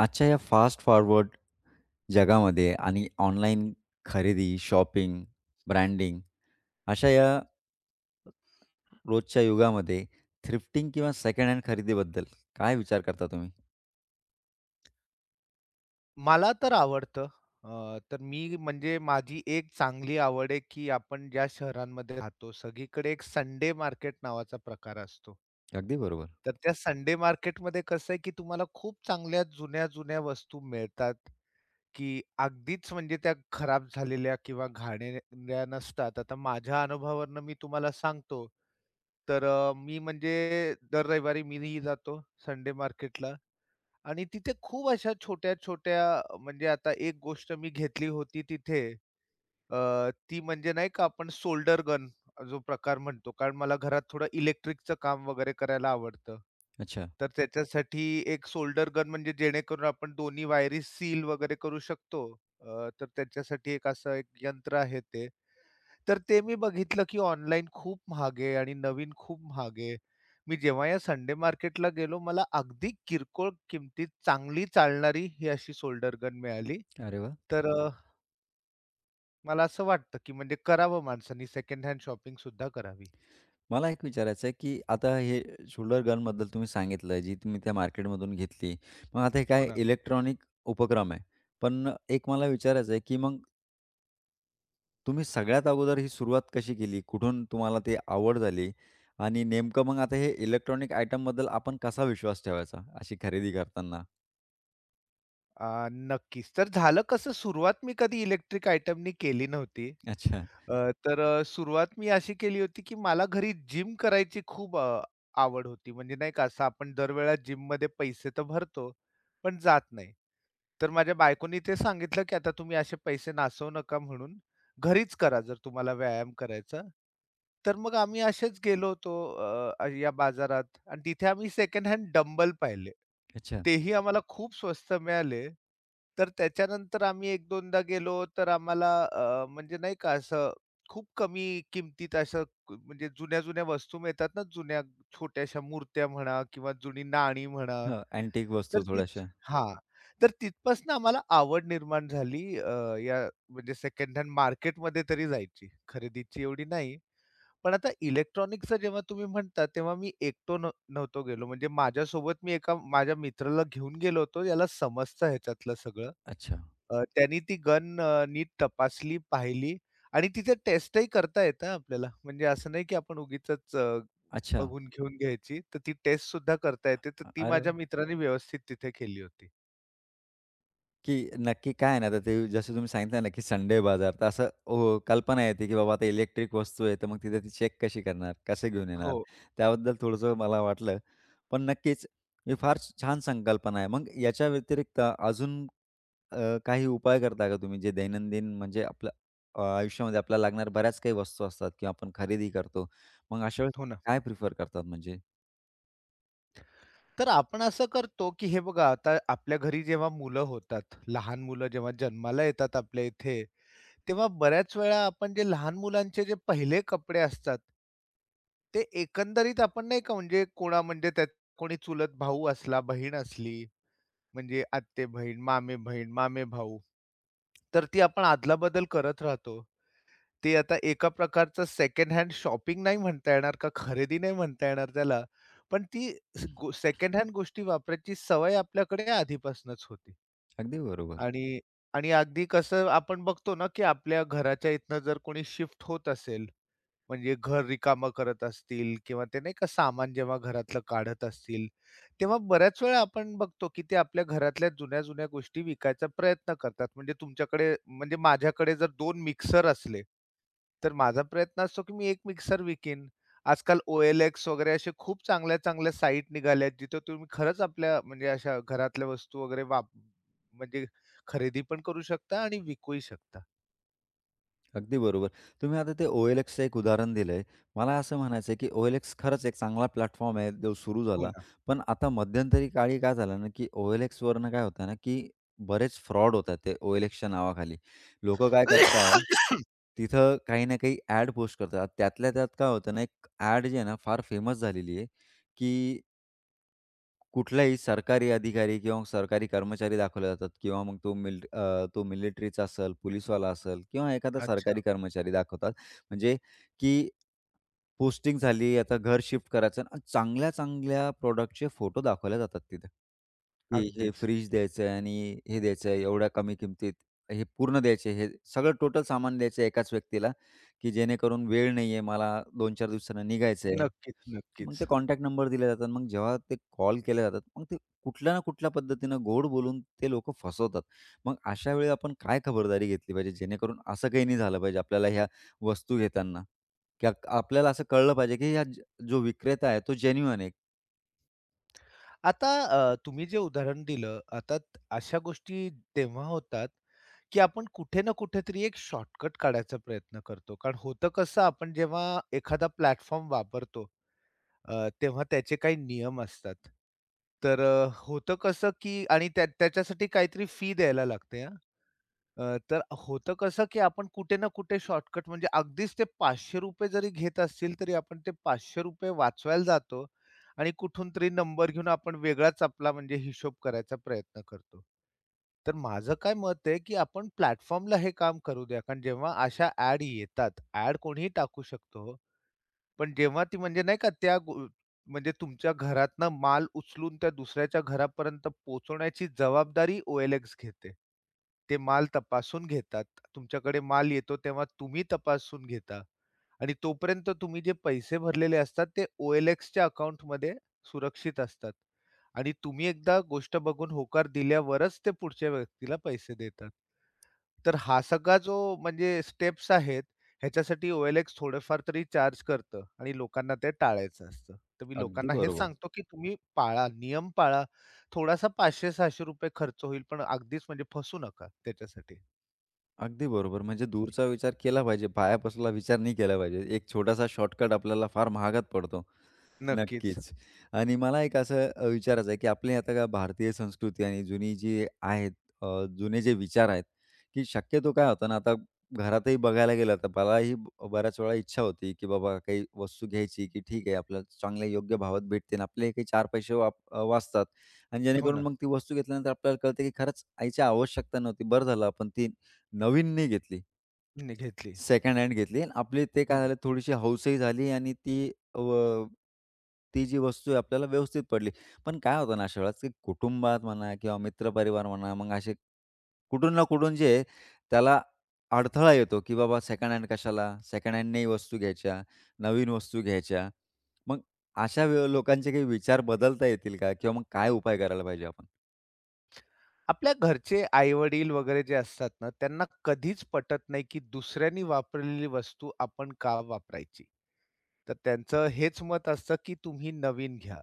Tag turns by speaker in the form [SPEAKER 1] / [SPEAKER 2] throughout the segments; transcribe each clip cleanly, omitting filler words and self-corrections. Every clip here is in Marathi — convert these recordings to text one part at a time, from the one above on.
[SPEAKER 1] आजच्या या फास्ट फॉरवर्ड जगामध्ये आणि ऑनलाईन खरेदी, शॉपिंग, ब्रँडिंग अशा या रोजच्या युगामध्ये थ्रिफ्टिंग किंवा सेकंड हँड खरेदीबद्दल काय विचार करता तुम्ही?
[SPEAKER 2] मला तर आवडतं. तर मी म्हणजे माझी एक चांगली आवड आहे, की आपण ज्या शहरांमध्ये राहतो, सगळीकडे एक संडे मार्केट नावाचा प्रकार असतो.
[SPEAKER 1] अगदी बरोबर.
[SPEAKER 2] तर त्या संडे मार्केटमध्ये कसं आहे, की तुम्हाला खूप चांगल्या जुन्या-जुन्या वस्तू मिळतात, की अगदीच म्हणजे त्या खराब झालेल्या किंवा घाणेरड्या नसतात. आता माझ्या अनुभवावरून मी तुम्हाला सांगतो, तर मी म्हणजे दर रविवारी मीही जातो संडे मार्केटला. आणि तिथे खूप अशा छोट्या-छोट्या म्हणजे आता एक गोष्ट मी घेतली होती तिथे ती म्हणजे नाही का आपण सोल्डर गन जो प्रकार म्हणतो. कारण मला घरात थोडं इलेक्ट्रिकचं काम वगैरे करायला आवडतं.
[SPEAKER 1] अच्छा.
[SPEAKER 2] तर त्याच्यासाठी एक सोल्डर गन म्हणजे जेणेकरून आपण दोन्ही वायरी सील वगैरे करू शकतो. तर त्याच्यासाठी एक असं एक यंत्र आहे ते. तर ते मी बघितलं, की ऑनलाईन खूप महागे आहे आणि नवीन खूप महागे, मी जेव्हा या संडे मार्केटला गेलो, मला अगदी किरकोळ किमतीत चांगली चालणारी ही अशी शोल्डर गन मिळाली.
[SPEAKER 1] अरे वाह!
[SPEAKER 2] तर मला असं वाटतं, की म्हणजे करावं माणसांनी सेकंड हँड शॉपिंग सुद्धा करावी.
[SPEAKER 1] मला एक विचारायचं आहे, की आता हे शोल्डर गनबद्दल तुम्ही सांगितलं, जी तुम्ही त्या मार्केटमधून घेतली. मग आता हे
[SPEAKER 2] हो
[SPEAKER 1] काय
[SPEAKER 2] ना.
[SPEAKER 1] इलेक्ट्रॉनिक उपक्रम आहे. पण एक मला विचारायचं आहे, की मग तुम्ही सगळ्यात अगोदर ही सुरुवात कशी केली? कुठून तुम्हाला ती आवड झाली? आणि नेमकं मग आता हे इलेक्ट्रॉनिक आयटमबद्दल आपण कसा विश्वास ठेवायचा अशी खरेदी करताना?
[SPEAKER 2] नक्कीच. तर झालं कसं सुरुवात मी कधी इलेक्ट्रिक आयटमनी केली नव्हती.
[SPEAKER 1] अच्छा,
[SPEAKER 2] तर सुरुवात मी अशी केली होती, की मला घरी जिम करायची खूप आवड होती. म्हणजे नाही का असं आपण दरवेळा जिममध्ये पैसे तर भरतो, पण जात नाही. तर माझ्या बायकोनी ते सांगितलं, की "आता तुम्ही असे पैसे नासवू नका म्हणून, घरीच करा जर तुम्हाला व्यायाम करायचा." तर मग आम्ही असेच गेलो होतो या बाजारात आणि तिथे आम्ही सेकंड हँड डंबल पाहिले.
[SPEAKER 1] अच्छा.
[SPEAKER 2] तेही आम्हाला खूप स्वस्त मिळाले. तर त्याच्यानंतर आम्ही 1-2दा गेलो तर आम्हाला म्हणजे नाही का खूप कमी किमतीत असं म्हणजे जुन्या-जुन्या वस्तू मिळतात ना, जुन्या छोट्याशा मूर्त्या म्हणा किंवा जुनी नाणी म्हणा.
[SPEAKER 1] हां, अँटिक
[SPEAKER 2] तर
[SPEAKER 1] वस्तू
[SPEAKER 2] तिथ
[SPEAKER 1] थोड्याशा.
[SPEAKER 2] हां. तर तिथपासून आम्हाला आवड निर्माण झाली या म्हणजे सेकंड हँड मार्केटमध्ये तरी जायची. खरेदीची एवढी नाही. पण आता इलेक्ट्रॉनिक्सचं जेव्हा तुम्ही म्हणता, तेव्हा मी एकटो नव्हतो गेलो. म्हणजे माझ्यासोबत मी एका माझ्या मित्राला घेऊन गेलो होतो. याला समजतं ह्याच्यातलं सगळं.
[SPEAKER 1] अच्छा,
[SPEAKER 2] त्यानी ती गन नीट तपासली, पाहिली आणि तिथे टेस्टही करता येतं आपल्याला. म्हणजे असं नाही की आपण उगीचच
[SPEAKER 1] अच्छा.
[SPEAKER 2] बघून घेऊन घ्यायची. तर ती टेस्टसुद्धा करता येते. तर ती
[SPEAKER 1] अरे
[SPEAKER 2] माझ्या
[SPEAKER 1] वाह!
[SPEAKER 2] मित्राने व्यवस्थित तिथे केली होती.
[SPEAKER 1] की नक्की काय आहे ना, आता ते जसं तुम्ही सांगितलं ना, की संडे बाजार तर असं कल्पना येते, की बाबा आता इलेक्ट्रिक वस्तू आहे, तर मग तिथे ती चेक कशी करणार? कसे घेऊन
[SPEAKER 2] हो,
[SPEAKER 1] येणार? त्याबद्दल थोडंसं मला वाटलं. पण नक्कीच ही फार छान संकल्पना आहे. मग याच्या व्यतिरिक्त अजून काही उपाय करता का तुम्ही जे दैनंदिन म्हणजे आपलं आयुष्यामध्ये आपल्याला लागणाऱ्या बऱ्याच काही वस्तू असतात किंवा आपण खरेदी करतो. मग अशा वेळेस
[SPEAKER 2] हो ना.
[SPEAKER 1] काय प्रिफर करतात म्हणजे?
[SPEAKER 2] तर आपण असं करतो की हे बघा, आता आपल्या घरी जेव्हा मुलं होतात, लहान मुलं जेव्हा जन्माला येतात आपल्या इथे, तेव्हा बऱ्याच वेळा आपण जे लहान मुलांचे जे पहिले कपडे असतात, ते एकंदरीत आपण नाही का म्हणजे कोणा म्हणजे त्यात कोणी चुलत भाऊ असला, बहीण असली, म्हणजे आत्ते-बहीण, मामे-बहीण, मामे-भाऊ. तर ती आपण अदला-बदल करत राहतो. ते आता एका प्रकारचं सेकंड हँड शॉपिंग नाही म्हणता येणार का खरेदी नाही म्हणता येणार त्याला. पण ती सेकंड हँड गोष्टी वापरायची सवय आपल्याकडे आधीपासूनच होती.
[SPEAKER 1] अगदी बरोबर.
[SPEAKER 2] आणि आणि अगदी कसं आपण बघतो ना, की आपल्या घराच्या इथनं जर कोणी शिफ्ट होत असेल, म्हणजे घर रिकामं करत असतील किंवा ते नाही का सामान जेव्हा घरातलं काढत असतील, तेव्हा बऱ्याच वेळा आपण बघतो, की ते आपल्या घरातल्या जुन्या-जुन्या गोष्टी विकायचा प्रयत्न करतात. म्हणजे तुमच्याकडे म्हणजे माझ्याकडे जर 2 मिक्सर असले, तर माझा प्रयत्न असतो, की मी 1 मिक्सर विकीन. आजकाल OLX वगैरे असे खूप चांगल्या-चांगल्या साईट निघाल्या आहेत, जिथे तुम्ही खरंच आपल्या म्हणजे अशा घरातल्या वस्तू वगैरे म्हणजे खरेदी पण करू शकता आणि विकूही शकता.
[SPEAKER 1] अगदी बरोबर. तुम्ही आता ते Oएलएक्सचं एक उदाहरण दिलंय. मला असं म्हणायचं आहे, की Oएलएक्स खरंच एक चांगला प्लॅटफॉर्म आहे, जो सुरू
[SPEAKER 2] हो
[SPEAKER 1] झाला.
[SPEAKER 2] ना.
[SPEAKER 1] पण आता मध्यंतरी काळी काय झालं ना, की Oएलएक्सवरनं काय होतं ना, की बरेच फ्रॉड होतात ते Oएलएक्सच्या नावाखाली. लोकं काय करताय, तिथं काही ना काही ॲड पोस्ट करतात. त्यातल्या त्यात काय होतं ना, एक ॲड जी आहे ना, फार फेमस झालेली आहे, की कुठलाही सरकारी अधिकारी किंवा मग सरकारी कर्मचारी दाखवले जातात किंवा मग तो मिलिटरीचा असेल, पोलिसवाला असेल किंवा एखादा
[SPEAKER 2] अच्छा.
[SPEAKER 1] सरकारी कर्मचारी दाखवतात. म्हणजे की पोस्टिंग झाली, आता घर शिफ्ट करायचं आणि चांगल्या-चांगल्या प्रॉडक्टचे फोटो दाखवले जातात तिथे, की हे
[SPEAKER 2] अगदीच.
[SPEAKER 1] फ्रिज द्यायचं आहे आणि हे द्यायचं आहे एवढ्या कमी किमतीत, हे पूर्ण द्यायचे, हे सगळं टोटल सामान द्यायचं एकाच व्यक्तीला, की जेणेकरून वेळ नाहीये मला 2-4 दिवसांनी निघायचंय.
[SPEAKER 2] नक्कीच,
[SPEAKER 1] मग
[SPEAKER 2] नक्कीच.
[SPEAKER 1] ते कॉन्टॅक्ट नंबर दिले जातात. मग जेव्हा ते कॉल केले जातात, मग ते कुठल्या ना कुठल्या पद्धतीनं गोड बोलून ते लोकं फसवतात. मग अशा वेळी आपण काय खबरदारी घेतली पाहिजे जेणेकरून असं काही नाही झालं पाहिजे आपल्याला ह्या वस्तू घेताना, की आपल्याला असं कळलं पाहिजे की हा जो विक्रेता आहे तो जेन्युइन आहे.
[SPEAKER 2] आता तुम्ही जे उदाहरण दिलं, आता अशा गोष्टी तेव्हा होतात, की आपण कुठे ना कुठेतरी एक शॉर्टकट काढायचा प्रयत्न करतो. कारण होतं कसं आपण जेव्हा एखादा प्लॅटफॉर्म वापरतो तेव्हा त्याचे काही नियम असतात. तर होतं कसं, की आणि त्या त्याच्यासाठी काहीतरी फी द्यायला लागते हां. तर होतं कसं, की आपण कुठे ना कुठे शॉर्टकट म्हणजे अगदीच ते ₹500 जरी घेत असतील, तरी आपण ते ₹500 वाचवायला जातो आणि कुठून तरी नंबर घेऊन आपण वेगळाच आपला म्हणजे हिशोब करायचा प्रयत्न करतो. तर माझं काय मत आहे, की आपण प्लॅटफॉर्मला हे काम करू द्या. कारण जेव्हा अशा ॲड येतात, ॲड कोणीही टाकू शकतो हो. पण जेव्हा ती म्हणजे नाही का त्या म्हणजे तुमच्या घरातनं माल उचलून त्या दुसऱ्याच्या घरापर्यंत पोहोचवण्याची जबाबदारी OLX घेते. ते माल तपासून घेतात. तुमच्याकडे माल येतो तेव्हा तुम्ही तपासून घेता आणि तोपर्यंत तुम्ही जे पैसे भरलेले असतात ते OLXच्या अकाउंटमध्ये सुरक्षित असतात आणि तुम्ही एकदा गोष्ट बघून होकार दिल्यावरच ते पुढच्या व्यक्तीला पैसे देतात. तर हा सगळा जो म्हणजे स्टेप्स आहेत, ह्याच्यासाठी OLX थोडंफार तरी चार्ज करतं आणि लोकांना ते टाळायचं असतं. तर मी
[SPEAKER 1] अगदी
[SPEAKER 2] लोकांना हेच
[SPEAKER 1] बरोबर.
[SPEAKER 2] सांगतो, की तुम्ही पाळा, नियम पाळा. थोडासा ₹500-600 खर्च होईल, पण अगदीच म्हणजे फसू नका त्याच्यासाठी.
[SPEAKER 1] अगदी बरोबर. म्हणजे दूरचा विचार केला पाहिजे, पायापासूनला विचार नाही केला पाहिजे. एक छोटासा शॉर्टकट आपल्याला फार महागात पडतो.
[SPEAKER 2] नक्कीच.
[SPEAKER 1] नक्कीच. आणि मला एक असं विचारायचं आहे, की आपली आता का भारतीय संस्कृती आणि जुनी जी आहेत अ, जुने जे विचार आहेत, की शक्यतो काय होतं ना, आता घरातही बघायला गेलं तर मलाही बऱ्याच वेळा इच्छा होती, की बाबा काही वस्तू घ्यायची, की ठीक आहे आपल्याला चांगल्या योग्य भावात भेटते आणि आपले काही 4 पैसे वाचतात आणि
[SPEAKER 2] हो
[SPEAKER 1] जेणेकरून
[SPEAKER 2] ना.
[SPEAKER 1] मग ती वस्तू घेतल्यानंतर आपल्याला कळतं, की खरंच आईची आवश्यकता नव्हती. बरं झालं आपण ती नवीन नाही घेतली.
[SPEAKER 2] मी घेतली.
[SPEAKER 1] सेकंड हँड घेतली आणि आपली ते
[SPEAKER 2] हं.
[SPEAKER 1] काय झालं थोडीशी हौसही झाली आणि ती जी वस्तू आहे आपल्याला व्यवस्थित पडली. पण काय होतं ना, अशा वेळेस की कुटुंबात म्हणा किंवा मित्रपरिवार म्हणा, मग असे कुठून ना कुठून जे आहे, त्याला अडथळा येतो, की बाबा सेकंड हँड कशाला? सेकंड हँड नाही वस्तू घ्यायच्या, नवीन वस्तू घ्यायच्या. मग अशा वे लोकांचे काही विचार बदलता येतील का? किंवा मग काय उपाय करायला पाहिजे आपण?
[SPEAKER 2] आपल्या घरचे आई-वडील वगैरे जे असतात ना, त्यांना कधीच पटत नाही, की दुसऱ्यांनी वापरलेली वस्तू आपण का वापरायची? तर त्यांचं हेच मत असतं, की तुम्ही नवीन घ्या.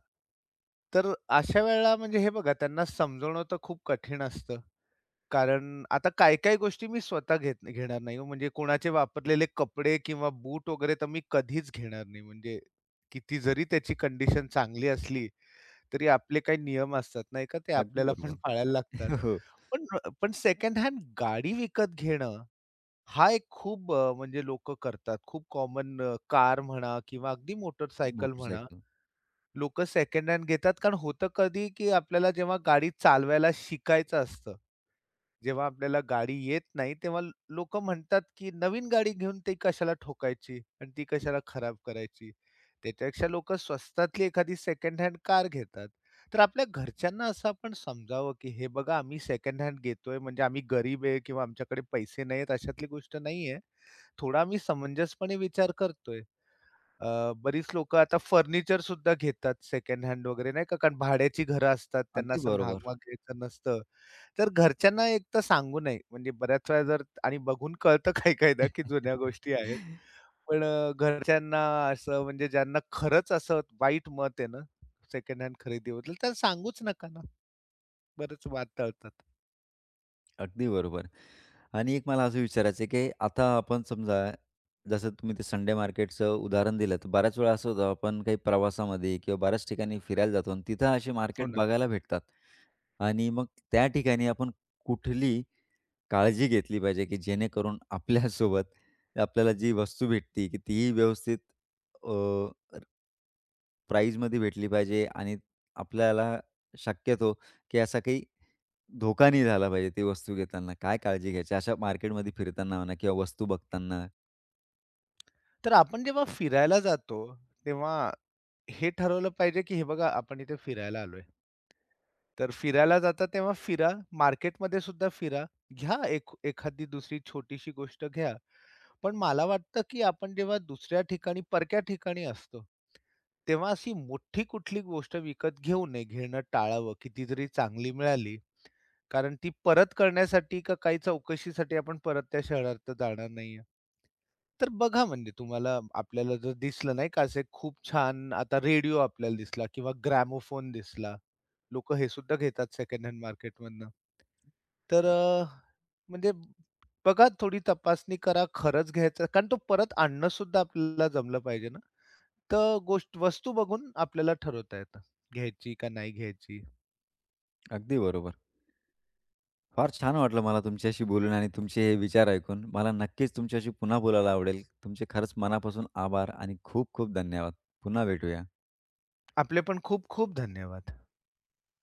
[SPEAKER 2] तर अशा वेळेला म्हणजे हे बघा त्यांना समजवणं तर खूप कठीण असतं. कारण आता काही-काही गोष्टी मी स्वतः घेत घेणार नाही हो. म्हणजे कोणाचे वापरलेले कपडे किंवा बूट वगैरे तर मी कधीच घेणार नाही. म्हणजे किती जरी त्याची कंडिशन चांगली असली, तरी आपले काही नियम असतात नाही का, ते
[SPEAKER 1] अगदी
[SPEAKER 2] आपल्याला पण
[SPEAKER 1] बरोबर.
[SPEAKER 2] पाळायला लागतात.
[SPEAKER 1] हो,
[SPEAKER 2] पण पण सेकंड हँड गाडी विकत घेणं हा एक खूप म्हणजे लोक करतात. खूप कॉमन कार म्हणा किंवा अगदी मोटरसायकल म्हणा,
[SPEAKER 1] मोटरसायकल.
[SPEAKER 2] लोक सेकंड हँड घेतात. कारण होतं कधी, की आपल्याला जेव्हा गाडी चालवायला शिकायचं असतं, जेव्हा आपल्याला गाडी येत नाही, तेव्हा लोक म्हणतात, की नवीन गाडी घेऊन ती कशाला ठोकायची आणि ती कशाला खराब करायची. त्याच्यापेक्षा लोकं स्वस्तातली एखादी सेकंड हँड कार घेतात. तर आपल्या घरच्यांना असं आपण समजावं, की हे बघा आम्ही सेकंड हँड घेतोय म्हणजे आम्ही गरीब आहे किंवा आमच्याकडे पैसे नाहीयेत अशातली गोष्ट नाहीये. थोडा मी समंजसपणे विचार करतोय. अ, बरीच लोकं आता फर्निचर सुद्धा घेतात सेकंड हँड वगैरे नाही का, कारण भाड्याची घरं असतात, त्यांना
[SPEAKER 1] अगदी
[SPEAKER 2] असं
[SPEAKER 1] बरोबर.
[SPEAKER 2] महाग-महाग घ्यायचं नसतं. तर घरच्यांना एक तर सांगू नये, म्हणजे बऱ्याच वेळा जर आणि बघून कळतं काही-काहीदा की जुन्या गोष्टी आहेत. पण घरच्यांना असं म्हणजे ज्यांना खरंच असं वाईट मत आहे ना, सेकंड हँड खरेदीबद्दल, तर सांगूच नका ना. बरेच वाद टळतात.
[SPEAKER 1] अगदी बरोबर. आणि एक मला असं विचारायचं आहे, की आता आपण समजा जसं तुम्ही ते संडे मार्केटचं उदाहरण दिलं, तर बऱ्याच वेळा असं होतं आपण काही प्रवासामध्ये किंवा बऱ्याच ठिकाणी फिरायला जातो आणि तिथं असे
[SPEAKER 2] हो
[SPEAKER 1] मार्केट
[SPEAKER 2] ना.
[SPEAKER 1] बघायला भेटतात आणि मग त्या ठिकाणी आपण कुठली काळजी घेतली पाहिजे, की जेणेकरून आपल्यासोबत आपल्याला जी वस्तू भेटते, की तीही व्यवस्थित प्राईजमध्ये भेटली पाहिजे आणि आपल्याला शक्यतो, की असा काही धोका नाही झाला पाहिजे ती वस्तू घेताना. काय काळजी घ्यायची अशा मार्केटमध्ये फिरताना म्हणा किंवा वस्तू बघताना.
[SPEAKER 2] तर आपण जेव्हा फिरायला जातो, तेव्हा हे ठरवलं पाहिजे, की हे बघा आपण इथे फिरायला आलोय. तर फिरायला जाता तेव्हा फिरा, मार्केटमध्ये सुद्धा फिरा. घ्या एक एखादी दुसरी छोटीशी गोष्ट घ्या. पण मला वाटतं, की आपण जेव्हा दुसऱ्या ठिकाणी, परक्या ठिकाणी असतो, तेव्हा अशी मोठी कुठली गोष्ट विकत घेऊ नये, घेणं टाळावं. कितीतरी चांगली मिळाली, कारण ती परत करण्यासाठी का काही चौकशीसाठी आपण परत त्या शहरात तर जाणार नाहीये. तर बघा म्हणजे तुम्हाला आपल्याला जर दिसलं नाही का असे खूप छान आता रेडिओ आपल्याला दिसला किंवा ग्रॅमोफोन दिसला. लोकं हे सुद्धा घेतात सेकंड हँड मार्केटमधनं. तर म्हणजे बघा, थोडी तपासणी करा, खरंच घ्यायचं कारण तो परत आणणं सुद्धा आपल्याला जमलं पाहिजे ना. तर गोष्ट वस्तू बघून आपल्याला ठरवता येतं, घ्यायची का नाही घ्यायची.
[SPEAKER 1] अगदी बरोबर. फार छान वाटलं मला तुमच्याशी बोलून आणि तुमचे हे विचार ऐकून. मला नक्कीच तुमच्याशी पुन्हा बोलायला आवडेल. तुमचे खरंच मनापासून आभार आणि खूप खूप धन्यवाद. पुन्हा भेटूया.
[SPEAKER 2] आपले पण खूप खूप धन्यवाद.